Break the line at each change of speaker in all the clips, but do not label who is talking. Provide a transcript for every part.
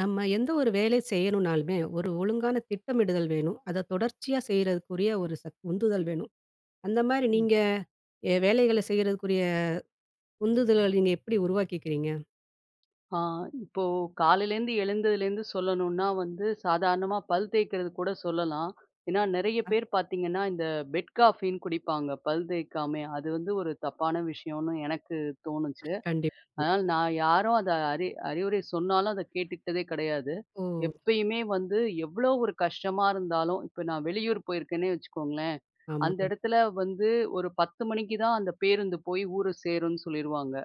நம்ம எந்த ஒரு வேலை செய்யணும்னாலுமே, ஒரு ஒழுங்கான திட்டமிடுதல் வேணும். அத தொடர்ச்சியா செய்றதுக்குரிய ஒரு சக் உந்துதல் வேணும். அந்த மாரி
ம்.
நீங்க வேலைகள செய்றதுக்குரிய உந்துதல்கள் நீங்க எப்படி உருவாக்கிக்கிறீங்க?
ஆ இப்போ காலையிலேருந்து எழுந்ததுலேருந்து சொல்லணும்னா வந்து சாதாரணமா பல் தேய்க்கிறது கூட சொல்லலாம். ஏன்னா நெறைய பேர் பார்த்தீங்கன்னா, இந்த பெட் காஃபின்னு குடிப்பாங்க பல் தேய்க்காமயே. அது வந்து ஒரு தப்பான விஷயம்னு எனக்கு தோணுச்சு.
கண்டிப்
அதனால நான் யாரும் அத அறிவுரை சொன்னாலும் அத கேட்டுக்கிட்டதே கிடையாது.
ஓ!
எப்பயுமே வந்து எவ்வளோ ஒரு கஷ்டமா இருந்தாலும் இப்ப நான் வெளியூர் போயிருக்கேன்னே வச்சுக்கோங்களேன்,
ஆமா.
அந்த இடத்துல வந்து ஒரு 10 மணிக்கு தான் அந்த பேருந்து போய் ஊர சேரும்ன்னு சொல்லிருவாங்க.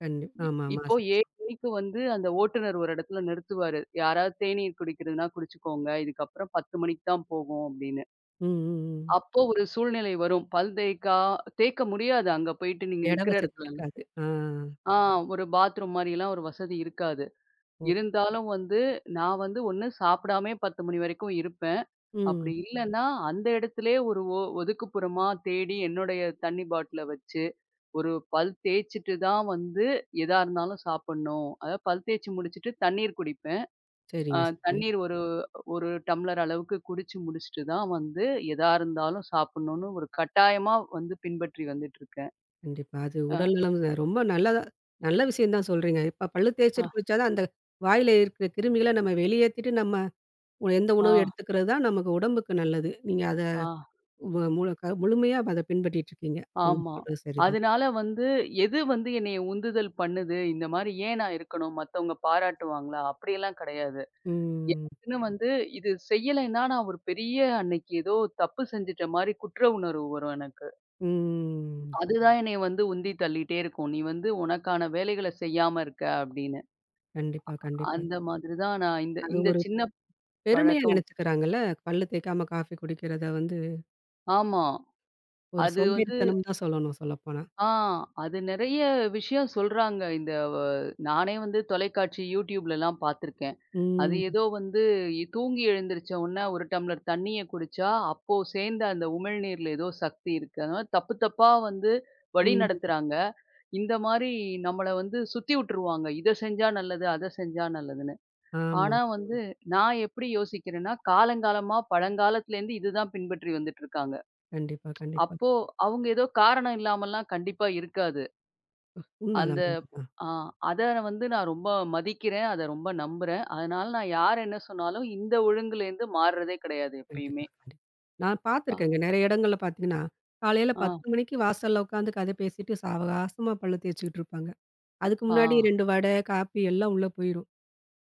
இ
ஆமாமா.
இப்போ 7 மணிக்கு வந்து அந்த ஓட்டுநர் ஒரு இடத்துல நிறுத்துவாரு. யாராவது தேநீர் குடிக்கிறதுன்னா குடிச்சுக்கோங்க. இதுக்கப்புறம் 10 மணிக்கு தான் போகும் அப்படின்னு.
ம், ம், ம்.
அப்போ ஒரு சூழ்நிலை வரும். பல் தேய்க்க முடியாது அங்க போயிட்டு நீங்க
இட
நிக்கிற
வசதி
இடத்துல.
இருக்காது. ஆ.
ஆ ஒரு பாத்ரூம் மாரிலாம் ஒரு வசதி இருக்காது.
ஓ.
இருந்தாலும் வந்து நான் ஒண்ணு சாப்பிடாமயே 10 மணி வரைக்கும் இருப்பேன். அப்படி
ம்.
இல்லன்னா, அந்த இடத்திலேயே ஒரு ஒதுக்குப்புறமா தேடி என்னுடைய தண்ணி பாட்டில வச்சு ஒரு பல் தேய்ச்சுட்டு தான் வந்து எதா இருந்தாலும் சாப்பிடணும். அதாவது பல் தேய்ச்சு முடிச்சுட்டு தண்ணீர் குடிப்பேன். அ
சரிங்க, சரிங்க.
தண்ணீர் ஒரு 1 டம்ளர் அளவுக்கு குடிச்சு முடிச்சுட்டு தான் வந்து எதா இருந்தாலும் சாப்பிடணும்னு ஒரு கட்டாயமா வந்து பின்பற்றி வந்துட்டுருக்கேன்.
கண்டிப்பா. அது
அ,
உடல் நலம் தான். ரொம்ப நல்லதா நல்ல விஷயம் தான் சொல்றீங்க. இப்ப பல்லு
அ,
தேய்ச்சிட்டு குளிச்சா தான் அந்த வாயில இருக்கிற கிருமிகள நம்ம வெளியேத்திட்டு நம்ம எந்த
ஆ,
உணவு எடுத்துக்கிறது தான் நமக்கு உடம்புக்கு நல்லது. நீங்க அத
ஆ,
வ முழு க முழுமையா அத பின்பற்றிட்டு இருக்கீங்க. நீங்க
ஆமா.
சொல்றது சரிதான்.
அதனால வந்து எது வந்து என்னைய உந்துதல் பண்ணுது? இந்த மாரி ஏன் நான் இருக்கணும்? மத்தவங்க பாராட்டுவாங்களா? அப்படியெல்லாம் கிடையாது.
ம்.
எனக்குன்னு வந்து இது செய்யலைன்னா நான் ஒரு பெரிய அன்னைக்கு ஏதோ தப்பு செஞ்சுட்ட மாரி குற்ற உணர்வு வரும் எனக்கு.
ம்.
அதுதான் என்னைய வந்து உந்தி தள்ளிட்டே இருக்கும். "நீ வந்து உனக்கான வேலைகள செய்யாம இருக்க" அப்படின்னு.
கண்டிப்பா, கண்டிப்பா.
அந்த மாதிரி தான் நான் இந்த
அது
இந்த
ஒரு
சின்ன
பெருமையா
பழக்கம்.
நெனச்சுக்கிறாங்கல்ல. பல்லு தேய்க்காம காஃபி குடிக்கிறத வந்து
ஆமா.
ஒரு
அது வந்து
சோம்பேறித்தனம் தான் சொல்லணும் சொல்லப்போனா.
ஆ அது நெறைய விஷயம் சொல்றாங்க. இந்த வ நானே வந்து தொலைக்காட்சி YouTubeலலாம் பார்த்துருக்கேன். அது
ம்.
ஏதோ வந்து தூங்கி எழுந்திரிச்ச உடனே 1 டம்ளர் தண்ணீய குடிச்சா, அப்போ சேர்ந்த அந்த உமிழ்நீர்ல ஏதோ சக்தி இருக்கு. அதனால தப்பு தப்பா வந்து
ம்.
வழிநடத்துறாங்க. இந்த மாரி நம்மள வந்து சுத்தி விட்டுருவாங்க. இத செஞ்சா நல்லது, அத செஞ்சா நல்லதுன்னு.
ஆமா.
ஆனா வந்து, நான் எப்படி யோசிக்கிறேன்னா, காலங்காலமா பழங்காலத்திலேருந்து இதுதான் பின்பற்றி வந்துட்டு இருக்காங்க.
கண்டிப்பா, கண்டிப்பா.
அப்போ அவங்க ஏதோ காரணம் இல்லாமல்லாம் கண்டிப்பா இருக்காது. அந்த
உண்மதான், உண்மதான்.
ஆ அத வந்து நான் ரொம்ப மதிக்கிறேன். அத ரொம்ப நம்புறேன். அதனால நான் யார் என்ன சொன்னாலும் இந்த ஒழுங்குலேருந்து மாறுறதே கிடையாது
கண்டிப்பா,
எப்பயுமே.
கண்டிப்பா. நான்
அ,
பார்த்துருக்கேங்க. நெறைய இடங்கள்ல பார்த்தீங்கன்னா, காலையில
ஆ,
10 மணிக்கு வாசல்ல உட்காந்து கதை பேசிட்டு அவகாசமா பல்லு தேய்ச்சுக்கிட்டு இருப்பாங்க. அதுக்கு
ஆ,
முன்னாடி 2 வடை, காப்பி எல்லாம் உள்ள போயிரும்.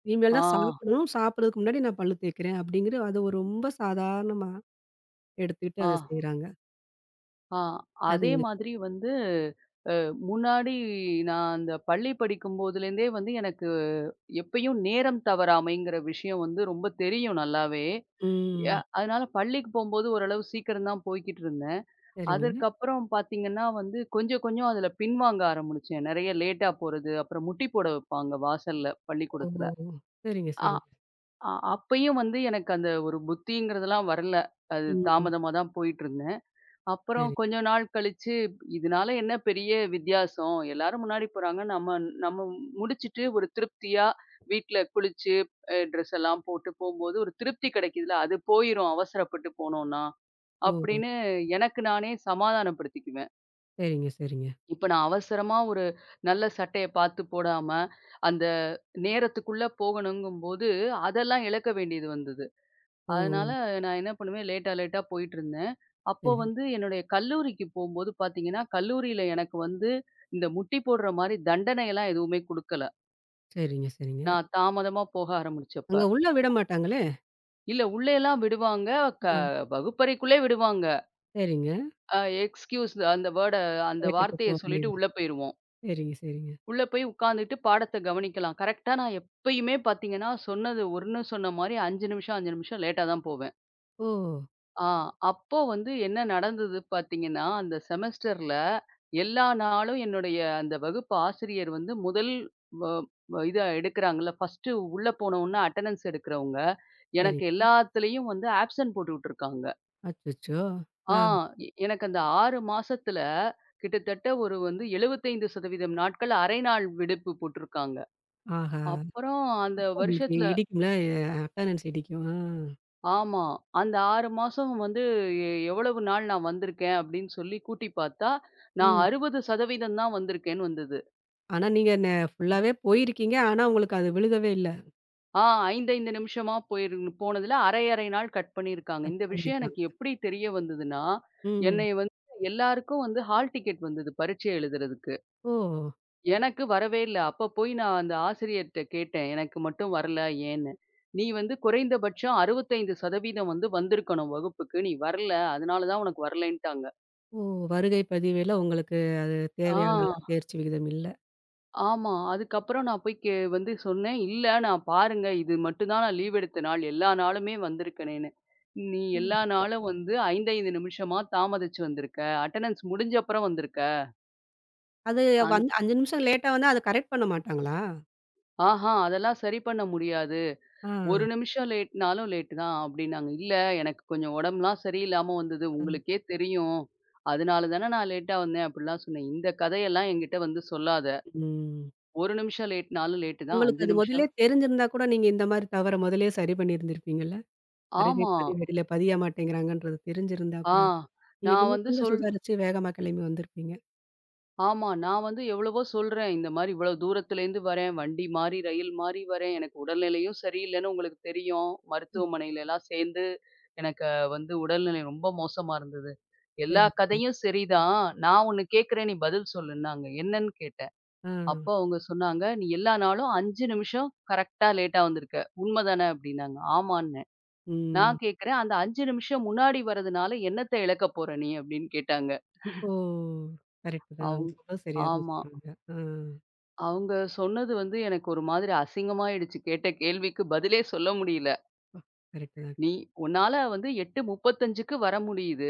இனிமேல்
ஆ,
தான் சாப்பிடணும். சாப்பிடுறதுக்கு முன்னாடி நான் பல்லு தேய்க்கிறேன் அப்படிங்கிற அத ஒரு ரொம்ப சாதாரணமா எடுத்துக்கிட்டு
ஆ.
அத செய்றாங்க.
ஆ,
அது
அதே மாதிரி வந்து அ முன்னாடி நான் அந்த பள்ளி படிக்கும்போதுலேருந்தே வந்து எனக்கு எப்பயும் நேரம் தவறாமைங்கிற விஷயம் வந்து ரொம்ப தெரியும் நல்லாவே.
ம்.
அதனால பள்ளிக்கு போம்போது ஓரளவு சீக்கிரம் தான் போய்க்கிட்டு இருந்தேன்.
சரிங்க.
அதற்கப்புறம் பார்த்தீங்கன்னா வந்து கொஞ்சம் கொஞ்சம் அதில பின்வாங்க ஆரம்பிச்சேன். நெறைய லேட்டா போறது, அப்புறம் முட்டி போட வைப்பாங்க வாசல்ல
ஓ!
பள்ளிக்கூடத்தில.
சரிங்க,
அ
சரிங்க.
அ அப்பயும் வந்து எனக்கு அந்த ஒரு புத்திங்கிறதெல்லாம் வரல. அது
ம்.
தாமதமா தான் போயிட்டுருந்தேன். அப்புறம் கொஞ்ச
சரிங்க.
நாள் கழிச்சு, இதனால என்ன பெரிய வித்தியாசம்? எல்லாரும் முன்னாடி போறாங்க. நம்ம நம்ம முடிச்சுட்டு ஒரு திருப்தியா வீட்ல குளிச்சு, ட்ரெஸ் எல்லாம் போட்டு போம்போது ஒரு திருப்தி கிடைக்குதுல்ல, அது போயிரும் அவசரப்பட்டு போனோம்னா.
ஓ!
அப்படின்னு எனக்கு நானே சமாதானப்படுத்திக்குவேன்.
சரிங்க, சரிங்க.
இப்ப நான் அவசரமா ஒரு நல்ல சட்டைய பார்த்து போடாம, அந்த நேரத்துக்குள்ள போகணுங்கும்போது, அதெல்லாம் இழக்க வேண்டியது வந்தது.
ஓ!
அதனால நான் என்ன பண்ணுவேன், லேட்டா லேட்டா போயிட்டுருந்தேன். அப்போ
சரிங்க.
வந்து என்னுடைய கல்லூரிக்கு போம்போது பார்த்தீங்கன்னா, கல்லூரியில எனக்கு வந்து இந்த முட்டி போடுற மாரி தண்டனையெல்லாம் எதுவுமே குடுக்கல.
சரிங்க, சரிங்க.
நான் தாமதமா போக ஆரம்பிச்சப்ப.
அங்க உள்ள விட மாட்டாங்களே?
இல்ல உள்ளேலாம் விடுவாங்க. க
ஆ.
வகுப்பறைக்குள்ளே விடுவாங்க.
சரிங்க.
அ எக்ஸ்கியூஸ் அந்த வேர்ட அந்த
கேட்டுட்டு போ
வார்த்தைய சொல்லிட்டு
முடியுது.
உள்ள போயிருவோம்.
சரிங்க, சரிங்க.
உள்ள போய் உட்காந்துட்டு பாடத்த கவனிக்கலாம். கரெக்ட்டா நான் எப்பயுமே பார்த்தீங்கன்னா, சொன்ன மாரி 5 நிமிஷம், 5 நிமிஷம் லேட்டா தான் போவேன்.
ஓ!
ஆ அப்போ வந்து என்ன நடந்தது பார்த்தீங்கன்னா, அந்த செமஸ்டர்ல எல்லா நாளும் என்னுடைய அந்த வகுப்பு ஆசிரியர் வந்து முதல் வ வ இத எடுக்குறாங்கல்ல, ஃபர்ஸ்ட்டு உள்ள போனவுன அட்டெண்டன்ஸ் எடுக்குறவங்க, எனக்கு
சரிங்க.
எல்லாத்துலயும் வந்து ஆப்சென்ட் போட்டு விட்டுருக்காங்க.
அச்சச்சோ!
ஆ
ஆ.
எனக்கு அந்த 6 மாசத்துல கிட்டத்தட்ட ஒரு வந்து 75% நாட்கள் அரை நாள் விடுப்பு போட்டுருக்காங்க.
ஆஹா!
அப்புறம் அந்த
அப்ப உங்களுக்கு
வருஷத்துல
இடிக்கும்ல? அட்டெண்டன்ஸ் இடிக்கும். ஆ.
ஆமா. அந்த 6 மாசம் வந்து எவ்வளவு நாள் நான் வந்திருக்கேன் அப்படின்னு சொல்லி கூட்டி பார்த்தா, நான்
ம்.
60% தான் வந்திருக்கேன்னு வந்தது.
ஆனா, நீங்க ஃபுல்லாவே போயிருக்கீங்க. ஆனா, உங்களுக்கு அது விழுகவே இல்ல.
ஆ 5, 5 நிமிஷமா போயிரு போனதுல அரை, அரை நாள் கட் பண்ணியிருக்காங்க.
கட்
இந்த விஷயம்
பண்ணியிருக்காங்க.
எனக்கு எப்படி தெரிய வந்ததுன்னா,
ம்.
என்னைய வந்து எல்லாருக்கும் வந்து ஹால் டிக்கெட் வந்தது பரீட்சை எழுதுறதுக்கு.
ஓ!
எனக்கு வரவே இல்ல. அப்ப போய் நான் அந்த ஆசிரியர்ட்ட கேட்டேன். எனக்கு மட்டும் வரல ஏன்னு? "நீ வந்து குறைந்தபட்சம் 65% வந்திருக்கணும் வகுப்புக்கு. நீ வரல. அதனால தான் உனக்கு வரலைன்ட்டாங்க."
ஓ! வருகை பதிவேல உங்களுக்கு அது தேவையான அளவு
ஆ.
தேர்ச்சி விகிதம் இல்ல.
ஆமா. அதுக்கப்புறம் நான் போய் வந்து சொன்னேன். "இல்ல நான் பாருங்க, இது மட்டும் தான் நான் லீவ் எடுத்த நாள். எல்லா நாளுமே வந்திருக்கனேன்னு. நீ எல்லா
ம்.
நாளும் வந்து 5, 5 நிமிஷமா தாமதிச்சு வந்திருக்க. அட்டெண்டன்ஸ் முடிஞ்ச அப்புறம் வந்திருக்க.
அது
அந்
வந்து 5 நிமிஷம் லேட்டா வந்தா அத கரெக்ட் பண்ண மாட்டாங்களா?
ஆஹா அதெல்லாம் சரி பண்ண முடியாது.
ஆ.
1 நிமிஷம் லேட்னாலும் லேட்டு தான்" அப்டின்னாங்க. "இல்ல எனக்கு கொஞ்சம் உடம்புலாம் சரியில்லாம வந்தது.
அ.
உங்களுக்கே தெரியும். அதனால தானே நான் லேட்டா வந்தேன்" அப்டிலாம் சொன்னேன். "இந்த கதையெல்லாம் என்கிட்ட வந்து சொல்லாத.
ம்.
1 நிமிஷம் லேட்னாலும் லேட்டு தான்.
உங்களுக்கு
5
அது
நிமிஷம்."
முதல்லயே தெரிஞ்சிருந்தா கூட நீங்க இந்த மாரி தவற முதல்லயே சரி பண்ணியிருந்திருப்பீங்கல்ல? வருகை
ஆமா.
பதிவேடுல பதிய மாட்டேங்கிறாங்கன்றது தெரிஞ்சிருந்தா
ஆ.
கூட. நீங்க
நான்
இன்னும்
வந்து
கொஞ்சம்
சொல்
சுதாரிச்சு வேகமா கிளம்பி வந்திருப்பீங்க.
ஆமா. நான் வந்து எவ்வளவோ சொல்றேன். இந்த மாரி இவ்வளோ தூரத்துலேருந்து வரேன். வண்டி மாறி, ரயில் மாறி வரேன். எனக்கு உடல்நிலையும் சரியில்லன்னு உங்களுக்கு தெரியும்.
ம்.
மருத்துவமனையிலலாம் சேர்ந்து எனக்கு வந்து உடல்நிலை ரொம்ப மோசமா இருந்தது. எல்லா
சரிங்க.
கதையும் சரிதான். நான் ஒண்ணு கேட்கிறேன். நீ பதில் சொல்லுன்னாங்க. என்னன்னு கேட்டேன்.
ஆ.
அப்போ அவங்க சொன்னாங்க, "நீ எல்லா நாளும் 5 நிமிஷம் கரெக்ட்டா லேட்டா வந்திருக்க. உண்மதானே?" அப்படின்னாங்க. ஆமான்னேன்.
ம்.
நான் கேட்கிறேன், "அந்த 5 நிமிஷம் முன்னாடி வர்றதுனால என்னத்த இழக்க போற நீ?" அப்படின்னு கேட்டாங்க.
ஓ! கரெக்ட் தான்.
அவுங்
அவங்க சொல்றது சரியாதான்
ஆமா.
சொல்றாங்க. ஆ.
அவங்க சொன்னது வந்து எனக்கு ஒரு மாதிரி அசிங்கமாயிடுச்சு. கேட்ட கேள்விக்கு பதிலே சொல்ல முடியல.
அப்பா! கரெக்ட் தான்.
"நீ உன்னால வந்து 8:35க்கு வர முடியுது.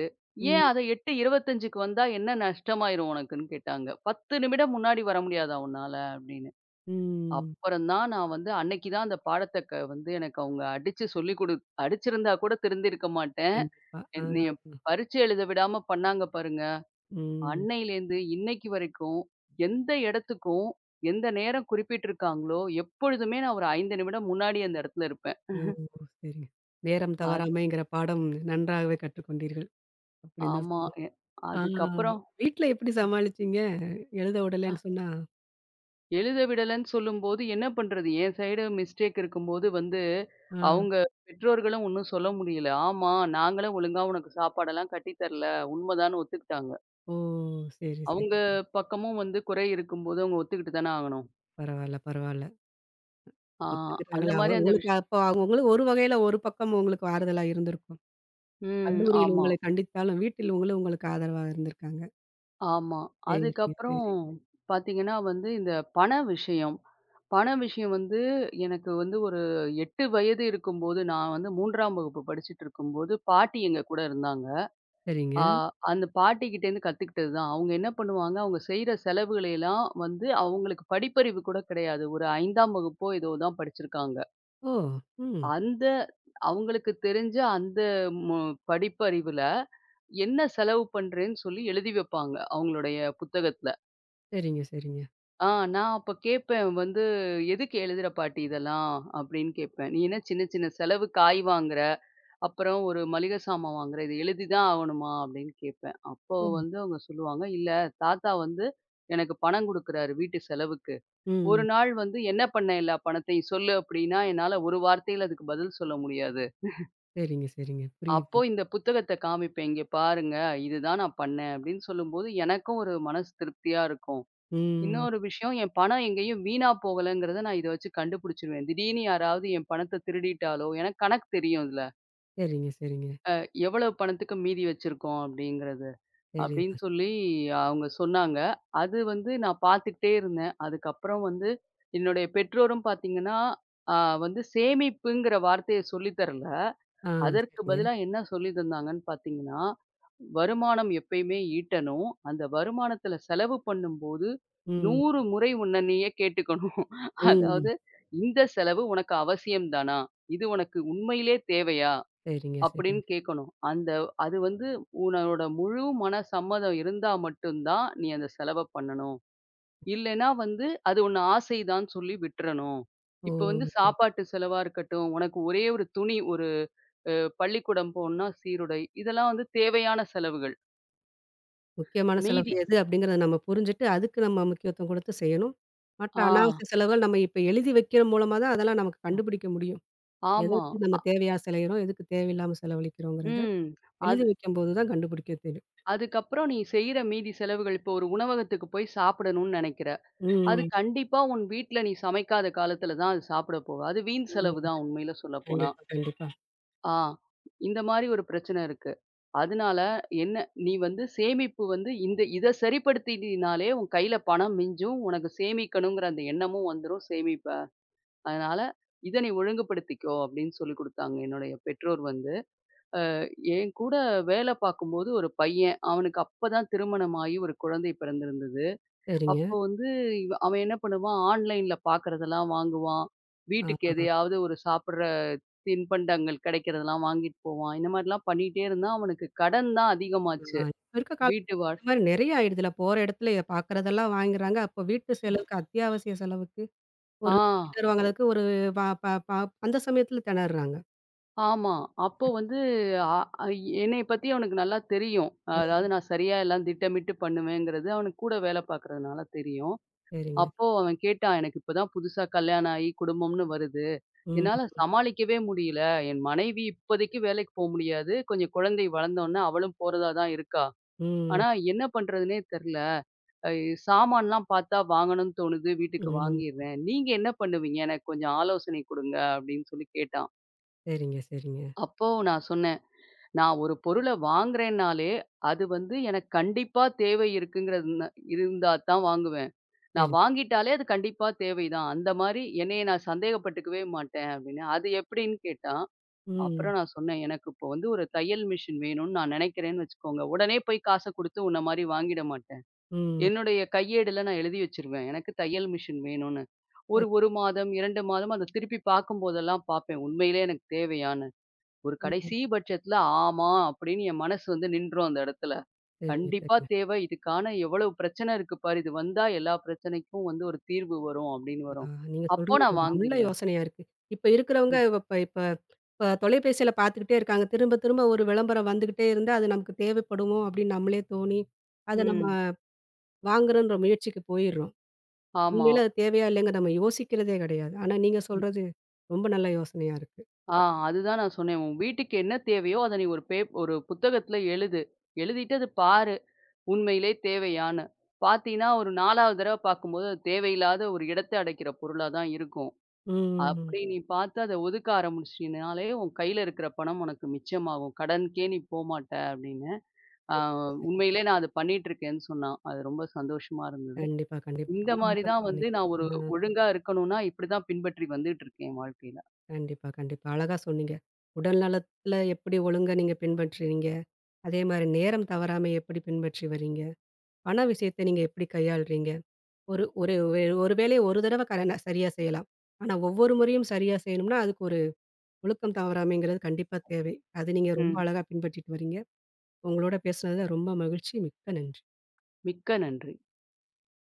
ஏன்
ம்.
அத 8:25க்கு வந்தா என்ன நஷ்டமாயிரும் உனக்குன்னு?" கேட்டாங்க. "10 நிமிடம் முன்னாடி வர முடியாதா உன்னால?" அப்படின்னு.
ம்.
அப்புறம் தான் நான் வந்து அன்னைக்கு தான் அந்த பாடத்த க வந்து எனக்கு அவங்க அடிச்சு சொல்லிக் குடு அடிச்சிருந்தா கூட திருந்திருக்க மாட்டேன்.
கண்டிப்பா. ஆ.
என்னைய பரீட்சை எழுத விடாம பண்ணாங்க பாருங்க.
ம்.
அன்னையிலேருந்து இன்னைக்கு வரைக்கும் எந்த இடத்துக்கும் எந்த நேரம் குறிப்பிட்டிருக்காங்களோ எப்பொழுதுமே நான் ஒரு 5 நிமிடம் முன்னாடி அந்த இடத்துல இருப்பேன்.
ஓ! சரிங்க. நேரம்
அது
தவறாமைங்கிற பாடம் நன்றாகவே கற்றுக்கொண்டீர்கள். அப்படின்னு தான்
ஆமா.
சொல்லணும்.
எ
ஆ.
அதுக்கப்புறம்
வீட்ல எப்படி சமாளிச்சீங்க? எழுத விடலன்னு சொன்னா?
எழுத விடலன்னு சொல்லும்போது என்ன பண்றது? என் சைடு மிஸ்டேக் இருக்கும்போது வந்து
ஆ.
அவங்க பெற்றோர்களும் ஒண்ணும் சொல்ல முடியல. ஆமா, நாங்களும் ஒழுங்கா உனக்கு சாப்பாடெல்லாம் கட்டி தரல. உண்மதான்னு ஒத்துக்கிட்டாங்க.
ஓ! சரி, சரி.
அவங்க பக்கமும் வந்து குறை இருக்கும்போது அவங்க ஒத்துக்கிட்டு தானே ஆகணும்.
பரவால்ல, பரவால்ல.
ஆ அந்த
ஒத்துக்கிட்டாங்களா? அவ
மாரி அந்த
உங்களுக்கு
விஷயம்.
அப்போ அவங்களும் ஒரு வகையில ஒரு பக்கம் உங்களுக்கு ஆறுதலா இருந்திருக்கும்.
ம்.
கல்லூரியில்
ஆமா.
உங்களை கண்டித்தாலும், வீட்டில் உங்களும் உங்களுக்கு ஆதரவா இருந்திருக்காங்க.
ஆமா.
சரிங்க,
அதுக்கப்புறம்
சரி.
பார்த்தீங்கன்னா வந்து, இந்த பண விஷயம். பண விஷயம் வந்து எனக்கு வந்து ஒரு 8 வயது இருக்கும்போது, நான் வந்து 3ஆம் வகுப்பு படிச்சுட்டு இருக்கும்போது, பாட்டி எங்க கூட இருந்தாங்க.
சரிங்க.
ஆ அந்த பாட்டிகிட்டேருந்து கத்துக்கிட்டது தான். அவங்க என்ன பண்ணுவாங்க, அவங்க செய்ற செலவுகளை எல்லாம் வந்து அவங்களுக்கு படிப்பறிவு கூட கிடையாது. ஒரு 5ஆம் வகுப்போ ஏதோ தான் படிச்சிருக்காங்க.
ஓ! ம்.
அந்த அவங்களுக்கு தெரிஞ்ச அந்த மு படிப்பறிவுல, என்ன செலவு பண்றேன்னு சொல்லி எழுதி வைப்பாங்க, அவங்களுடைய புத்தகத்துல.
சரிங்க, சரிங்க.
ஆ நான் அப்ப கேட்பேன் வந்து, "எதுக்கு எழுதுற பாட்டி இதெல்லாம்?" அப்படின்னு கேட்பேன். "நீ என்ன சின்ன சின்ன செலவு காய் வாங்குற, அப்புறம் ஒரு மளிகை சாமான் வாங்குற, இத எழுதி தான் ஆகணுமா?" அப்படின்னு கேட்பேன். அப்போ
ஓ!
வந்து அவங்க சொல்லுவாங்க, "இல்ல தாத்தா வந்து எனக்கு பணம் குடுக்குறாரு வீட்டு செலவுக்கு. ஒரு
ம்.
நாள் வந்து என்ன பண்ண எல்லா பணத்தையும் சொல்லு" அப்படின்னா, என்னால ஒரு வார்த்தையில அதுக்கு பதில் சொல்ல முடியாது.
சரிங்க, சரிங்க.
அப்போ
புரியுது.
இந்த புத்தகத்த காமிப்பேன், "இங்க பாருங்க, இதுதான் நான் பண்ணேன்" அப்படின்னு சொல்லும்போது எனக்கும் ஒரு மனசு திருப்தியா இருக்கும்.
ம்.
இன்னொரு விஷயம், என் பணம் எங்கேயும் வீணா போகலங்கிறத நான் இத வச்சு கண்டுபிடிச்சுருவேன். திடீர்னு யாராவது என் பணத்த திருடிட்டாலோ, எனக்கு கணக்கு தெரியும் இதுல.
சரிங்க, சரிங்க.
அ எவ்வளவு பணத்துக்கு மீதி வச்சிருக்கோம் அப்படிங்கிறது. அப்படின்னு
சரிதான்.
சொல்லி அவங்க சொன்னாங்க. அது வந்து நான் பார்த்துக்கிட்டே இருந்தேன். அதுக்கப்புறம் வந்து என்னுடைய பெற்றோரும் பார்த்தீங்கன்னா, அ வந்து சேமிப்புங்கிற வார்த்தைய சொல்லி தரல.
ஆ.
அதற்கு
சரிங்க.
பதிலா என்ன சொல்லி தந்தாங்கன்னு பார்த்தீங்கன்னா, வருமானம் எப்பயுமே ஈட்டணும். அந்த வருமானத்துல செலவு பண்ணும்போது
ம்.
100 முறை உன்ன நீயே கேட்டுக்கணும்.
ம்.
அதாவது இந்த செலவு உனக்கு அவசியம் தானா? இது உனக்கு உண்மையிலே தேவையா?
சரிங்க, சரிங்க.
அப்படின்னு கேட்கணும். அது வந்து உன்னோட முழு மன சம்மதம் இருந்தா மட்டும் தான், நீ அந்த செலவ பண்ணணும். இல்லைன்னா வந்து அது ஒண்ணு ஆசைதான்னு சொல்லி விட்டுறணும். இப்போ வந்து
ஓ!
சாப்பாட்டு செலவா இருக்கட்டும், உனக்கு ஒரே ஒரு துணி ஒரு அ பள்ளிக்கூடம் போணும்னா சீருடை, இதெல்லாம் வந்து தேவையான செலவுகள்.
முக்கியமான
மீதி
செலவு எது அப்படிங்கிறத நம்ம புரிஞ்சுட்டு, அதுக்கு நம்ம முக்கியத்துவம் குடுத்து செய்யணும். மற்ற
ஆ
அனாவசிய செலவுகள் நம்ம இப்ப எழுதி வைக்கிற மூலமா தான் அதெல்லாம் நமக்கு கண்டுபிடிக்க முடியும்.
ஆமா.
எதற்கு நம்ம
அ
தேவையா செலகிறோம், எதுக்கு தேவையில்லாம செலவழிக்கிறோங்கிறத
ம்.
எழுதி
அது
வைக்கும்போது தான் கண்டுபிடிக்க தெரியும்.
அதுக்கப்புறம் நீ செய்ற மீதி செலவுகள் இப்போ ஒரு உணவகத்துக்கு போய் சாப்பிடணும்னு நெனைக்கிற. அது
ம்.
கண்டிப்பா உன் வீட்ல நீ சமைக்காத காலத்துல தான் அது சாப்பிட போவ. அது வீண் செலவு
ம்.
தான் உண்மையில சொல்லப்போனா.
கண்டிப்பா, கண்டிப்பா.
ஆ. இந்த மாரி ஒரு பிரச்சனை இருக்கு. அதனால என்ன நீ வந்து சேமிப்பு வந்து இந்த இத சரிப்படுத்தினினாலே உன் கையில பணம் மிஞ்சும். உனக்கு சேமிக்கணுங்கிற அந்த எண்ணமும் வந்துரும். சேமிப்ப. அதனால இத நீ ஒழுங்குபடுத்திக்கோ அப்படின்னு சொல்லிக் குடுத்தாங்க என்னுடைய பெற்றோர் வந்து. என் கூட வேலை பார்க்கும்போது ஒரு பையன். அவனுக்கு அப்பதான் திருமணமாகி ஒரு குழந்தை பிறந்திருந்தது.
சரிங்க.
அப்போ வந்து அவன் என்ன பண்ணுவான், ஆன்லைன்ல பார்க்கிறதெல்லாம் வாங்குவான்.
ஆ.
வீட்டுக்கு எதையாவது ஒரு சாப்பிடுற தின்பண்டங்கள் கிடைக்கிறதெல்லாம் வாங்கிட்டு போவான். இந்த மாரிலாம் பண்ணிட்டே இருந்தா, அவனுக்கு கடன் தான் அதிகமாச்சு.
ஆ இப்ப இருக்க கால
வீட்டு வா
இந்த மாரி நெறைய ஆயிடுதுல. போற இடத்துல பார்க்குறதெல்லாம் வாங்கிறாங்க. அப்போ வீட்டு செலவுக்கு, அத்தியாவசிய செலவுக்கு
ஆ.
ஒரு சிலிண்டர் வாங்குறதுக்கு ஒரு ப ப ப அந்த சமயத்துல திணர்றாங்க.
ஆமா. அப்போ வந்து அ என்னைய பத்தி அவனுக்கு நல்லா தெரியும்.
ம்.
அதாவது நான் சரியா எல்லாம் திட்டமிட்டு பண்ணுவேங்கிறது அவனுக்கு கூட வேலை பார்க்கறதுனால தெரியும்.
சரிங்க.
அப்போ அவன் கேட்டான், "எனக்கு இப்ப தான் புதுசா கல்யாணம் ஆயி குடும்பம்னு வருது.
ம்,
என்னால சமாளிக்கவே முடியல. என் மனைவி இப்போதைக்கு வேலைக்கு போ முடியாது. கொஞ்சம் குழந்தை வளர்ந்த உடனே அவளும் போறதா தான் இருக்கா.
ம்,
ஆனா என்ன பண்றதுன்னே தெர்ல." சாமான்லாம் பார்த்தா வாங்கணும்னு தோணுது வீட்டுக்கு
ம்.
வாங்கிடுறேன் நீங்க என்ன பண்ணுவீங்க எனக்கு கொஞ்சம் ஆலோசனை கொடுங்க அப்படின்னு சொல்லி கேட்டான்.
சரிங்க, சரிங்க,
அப்போ நான் சொன்னேன் நான் ஒரு பொருளை வாங்குறேன்னாலே அது வந்து எனக்கு கண்டிப்பா தேவை இருக்குங்கிறது இருந்தா தான் வாங்குவேன். நான்
சரிங்க.
வாங்கிட்டாலே அது கண்டிப்பா தேவைதான் அந்த மாதிரி என்னைய நான் சந்தேகப்பட்டுக்கவே மாட்டேன் அப்படின்னு அது எப்படின்னு கேட்டான்.
ம்,
அப்புறம் நான் சொன்னேன் எனக்கு இப்போ வந்து ஒரு தையல் மிஷின் வேணும்னு நான் நினைக்கிறேன்னு வச்சுக்கோங்க உடனே போய் காசை கொடுத்து உன்ன மாதிரி வாங்கிட மாட்டேன்.
ம்.
என்னுடைய கையேடுல நான் எழுதி வச்சிருவேன். எனக்கு தையல் மிஷின் வேணும்னு. ஒரு
சரி.
1 மாதம், 2 மாதம் அத திருப்பி பார்க்கும்போதெல்லாம் பார்ப்பேன். உண்மையிலே எனக்கு தேவையான்னு. ஒரு
ம்.
கடைசி பட்சத்துல ஆமா அப்படின்னு என் மனசு வந்து நின்றும் அந்த இடத்துல.
சரிங்க,
கண்டிப்பா
சரிங்க.
தேவை. இதுக்கான எவ்வளவு பிரச்சனை இருக்கு பாரு. இது வந்தா எல்லா பிரச்சனைக்கும் வந்து ஒரு தீர்வு வரும் அப்படின்னு
ஆ.
வரும்.
நீங்க
அப்போ
சொல்றது ஒரு
நான்
நல்ல
வாங்கிருவேன்.
யோசனையா இருக்கு. இப்ப இருக்கிறவங்க
ம்.
இப்ப இப்ப இப்ப தொலைபேசியில பார்த்துக்கிட்டே இருக்காங்க. திரும்ப திரும்ப ஒரு விளம்பரம் வந்துகிட்டே இருந்தா, அது நமக்கு தேவைப்படுமோ! அப்படின்னு நம்மளே தோணி, அத நம்ம
ம்.
வாங்குறோன்ற முயற்சிக்கு போயிர்றோம்.
ஆமா.
உண்மையில அது தேவையா இல்லைங்க நம்ம யோசிக்கிறதே கிடையாது. ஆனா நீங்க சொல்றது ரொம்ப நல்ல யோசனையா இருக்கு.
ஆ அதுதான் நான் சொன்னேன். உன் வீட்டுக்கு என்ன தேவையோ அத நீ ஒரு புத்தகத்துல எழுது. எழுதிட்டு அது பாரு. உண்மையிலே தேவையான. பார்த்தீன்னா, ஒரு 4வது தடவ பார்க்கும்போது, அது தேவையில்லாத ஒரு இடத்த அடைக்கிற பொருளா தான் இருக்கும்.
ம்.
அப்படி நீ பார்த்து அத ஒதுக்க ஆரம்பிச்சினாலே, உன் கையில இருக்கிற பணம் உனக்கு மிச்சமாகும். கடனுக்கே நீ போமாட்ட அப்படின்னு. ஆ
சரி, சரி.
உண்மையிலே நான் அத பண்ணிட்டுருக்கேன்னு சொன்னான். அது ரொம்ப சந்தோஷமா இருந்தது.
கண்டிப்பா, கண்டிப்பா.
இந்த
ரொம்ப
மாரி
அழகா
தான் வந்து
சொன்னீங்க.
நான் ஒரு
ஆ.
ஒழுங்கா இருக்கணும்னா, இப்படி தான் பின்பற்றி வந்துட்டுருக்கேன் என் வாழ்க்கையில.
கண்டிப்பா, கண்டிப்பா. அழகா சொன்னீங்க. உடல் நலத்துல எப்படி ஒழுங்கா நீங்க பின்பற்றுறீங்க? அதே மாரி நேரம் தவறாம எப்படி பின்பற்றி வரீங்க? பண விஷயத்த நீங்க எப்படி கையாளுறீங்க? ஒரு ஒரு வே- ஒரு வேலைய ஒரு தடவ சரியா செய்யலாம். ஆனா ஒவ்வொரு முறையும் சரியா செய்யணும்னா, அதுக்கு ஒரு ஒழுக்கம் தவறாமைங்கிறது கண்டிப்பா தேவை. அது நீங்க ரொம்ப
ம்.
அழகா பின்பற்றிட்டு வரீங்க. உங்களோட பேசினதுல ரொம்ப மகிழ்ச்சி. மிக்க நன்றி.
மிக்க நன்றி.